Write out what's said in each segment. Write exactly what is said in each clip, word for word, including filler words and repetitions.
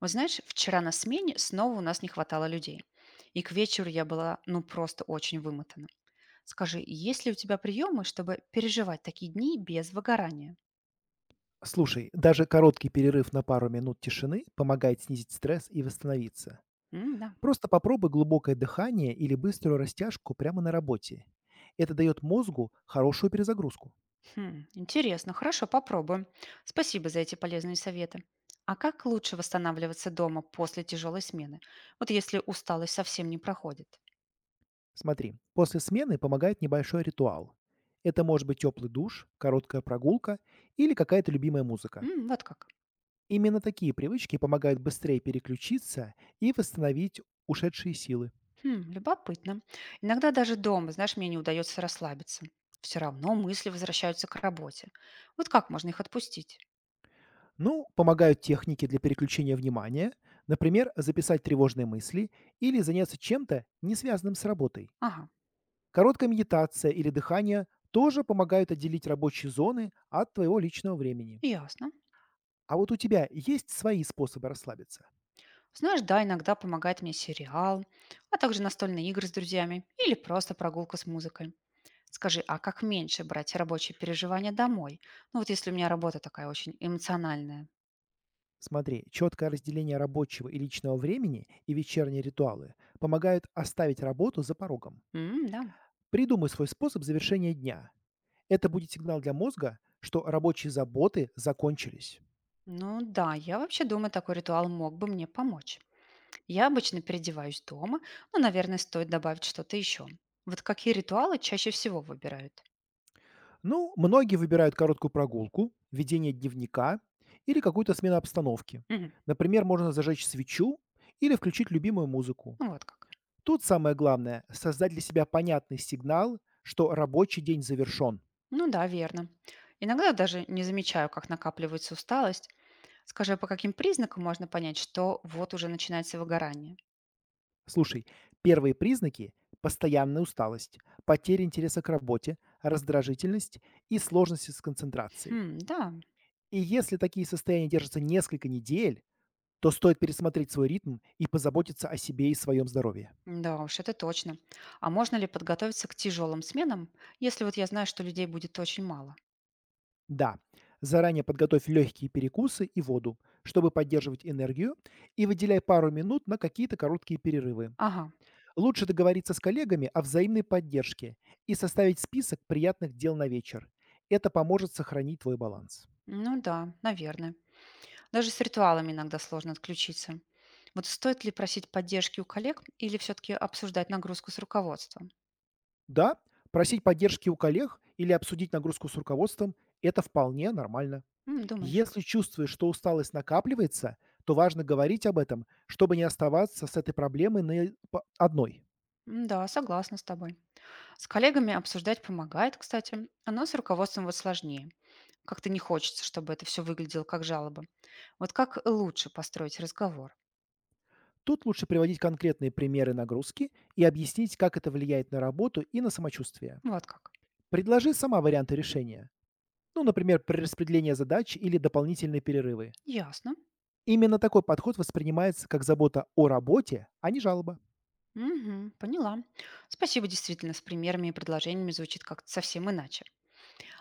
Вот знаешь, вчера на смене снова у нас не хватало людей. И к вечеру я была, ну, просто очень вымотана. Скажи, есть ли у тебя приемы, чтобы переживать такие дни без выгорания? Слушай, даже короткий перерыв на пару минут тишины помогает снизить стресс и восстановиться. М, да. Просто попробуй глубокое дыхание или быструю растяжку прямо на работе. Это дает мозгу хорошую перезагрузку. Хм, интересно, хорошо, попробуем. Спасибо за эти полезные советы. А как лучше восстанавливаться дома после тяжелой смены? Вот если усталость совсем не проходит. Смотри, после смены помогает небольшой ритуал. Это может быть теплый душ, короткая прогулка или какая-то любимая музыка. М, вот как. Именно такие привычки помогают быстрее переключиться и восстановить ушедшие силы. Хм, любопытно. Иногда даже дома, знаешь, мне не удается расслабиться. Все равно мысли возвращаются к работе. Вот как можно их отпустить? Ну, помогают техники для переключения внимания, например, записать тревожные мысли или заняться чем-то, не связанным с работой. Ага, Короткая медитация или дыхание тоже помогают отделить рабочие зоны от твоего личного времени. ясно. А вот у тебя есть свои способы расслабиться? Знаешь, да, иногда помогает мне сериал, а также настольные игры с друзьями или просто прогулка с музыкой. Скажи, а как меньше брать рабочие переживания домой? Ну вот если у меня работа такая очень эмоциональная. Смотри, четкое разделение рабочего и личного времени и вечерние ритуалы помогают оставить работу за порогом. М, да. Придумай свой способ завершения дня. Это будет сигнал для мозга, что рабочие заботы закончились. Ну да, я вообще думаю, такой ритуал мог бы мне помочь. Я обычно переодеваюсь дома, но, наверное, стоит добавить что-то еще. Вот какие ритуалы чаще всего выбирают? Ну, многие выбирают короткую прогулку, ведение дневника или какую-то смену обстановки. Мгм. Например, можно зажечь свечу или включить любимую музыку. Ну вот как. Тут самое главное– создать для себя понятный сигнал, что рабочий день завершен. Ну да, верно. Иногда даже не замечаю, как накапливается усталость. Скажи, а по каким признакам можно понять, что вот уже начинается выгорание? Слушай, первые признаки– постоянная усталость, потеря интереса к работе, раздражительность и сложности с концентрацией. Хм, да, И если такие состояния держатся несколько недель, то стоит пересмотреть свой ритм и позаботиться о себе и своем здоровье. да уж, это точно. А можно ли подготовиться к тяжелым сменам, если вот я знаю, что людей будет очень мало? Да, заранее подготовь легкие перекусы и воду, чтобы поддерживать энергию, и выделяй пару минут на какие-то короткие перерывы. Ага, Лучше договориться с коллегами о взаимной поддержке и составить список приятных дел на вечер. Это поможет сохранить твой баланс. ну да, наверное. Даже с ритуалами иногда сложно отключиться. Вот стоит ли просить поддержки у коллег или все-таки обсуждать нагрузку с руководством? Да, просить поддержки у коллег или обсудить нагрузку с руководством– это вполне нормально. М, думаешь? Если чувствуешь, что усталость накапливается, то важно говорить об этом, чтобы не оставаться с этой проблемой на по- одной. М, да, согласна с тобой. С коллегами обсуждать помогает, кстати, а но с руководством вот сложнее. Как-то не хочется, чтобы это все выглядело как жалоба. Вот как лучше построить разговор? Тут лучше приводить конкретные примеры нагрузки и объяснить, как это влияет на работу и на самочувствие. Вот как. Предложи сама варианты решения. Ну, например, перераспределение задач или дополнительные перерывы. Ясно. Именно такой подход воспринимается как забота о работе, а не жалоба. Мгм, поняла. Спасибо, действительно, с примерами и предложениями звучит как-то совсем иначе.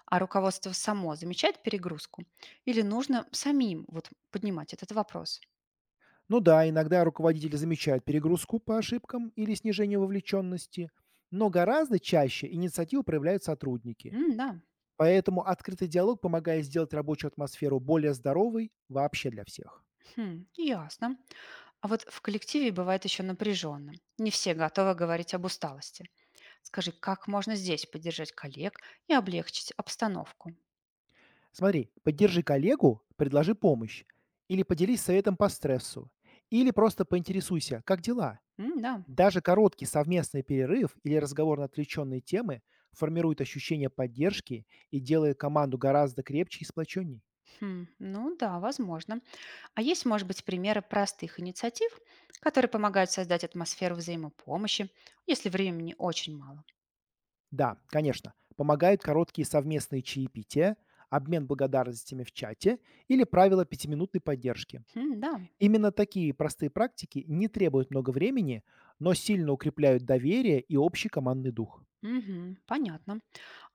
А руководство само замечает перегрузку? Или нужно самим вот поднимать этот вопрос? Ну да, иногда руководители замечают перегрузку по ошибкам или снижение вовлеченности, но гораздо чаще инициативу проявляют сотрудники. М, да. Поэтому открытый диалог помогает сделать рабочую атмосферу более здоровой вообще для всех. Хм, ясно. А вот в коллективе бывает еще напряженно. Не все готовы говорить об усталости. Скажи, как можно здесь поддержать коллег и облегчить обстановку? Смотри, поддержи коллегу, предложи помощь. Или поделись советом по стрессу. Или просто поинтересуйся, как дела. М, да. Даже короткий совместный перерыв или разговор на отвлеченные темы формирует ощущение поддержки и делает команду гораздо крепче и сплоченней. Хм, ну да, возможно. А есть, может быть, примеры простых инициатив, которые помогают создать атмосферу взаимопомощи, если времени очень мало? Да, конечно, помогают короткие совместные чаепития, обмен благодарностями в чате или правила пятиминутной поддержки. М, да. Именно такие простые практики не требуют много времени, но сильно укрепляют доверие и общий командный дух. Мгм, понятно.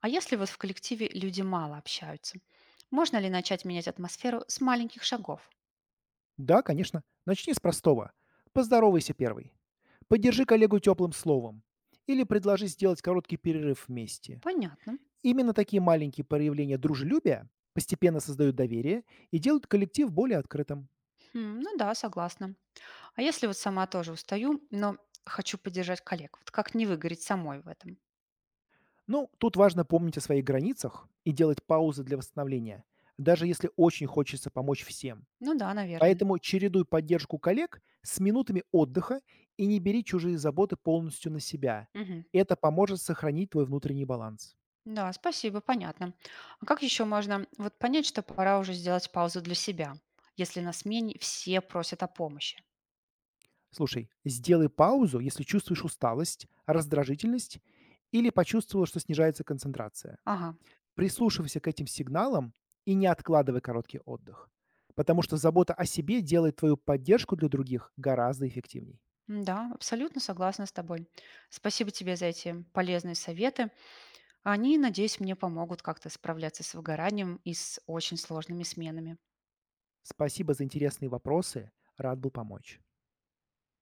А если вот в коллективе люди мало общаются, можно ли начать менять атмосферу с маленьких шагов? Да, конечно. Начни с простого. Поздоровайся первой. Поддержи коллегу теплым словом. Или предложи сделать короткий перерыв вместе. Понятно. Именно такие маленькие проявления дружелюбия постепенно создают доверие и делают коллектив более открытым. Хм, ну да, согласна. А если вот сама тоже устаю, но хочу поддержать коллег, вот как не выгореть самой в этом? Ну, тут важно помнить о своих границах и делать паузы для восстановления, даже если очень хочется помочь всем. Ну да, наверное. Поэтому чередуй поддержку коллег с минутами отдыха и не бери чужие заботы полностью на себя. Мгм. Это поможет сохранить твой внутренний баланс. Да, спасибо, понятно. А как еще можно вот понять, что пора уже сделать паузу для себя, если на смене все просят о помощи? Слушай, сделай паузу, если чувствуешь усталость, раздражительность или почувствовал, что снижается концентрация. Ага. Прислушивайся к этим сигналам и не откладывай короткий отдых, потому что забота о себе делает твою поддержку для других гораздо эффективней. М, да, абсолютно согласна с тобой. Спасибо тебе за эти полезные советы. Они, надеюсь, мне помогут как-то справляться с выгоранием и с очень сложными сменами. Спасибо за интересные вопросы, рад был помочь.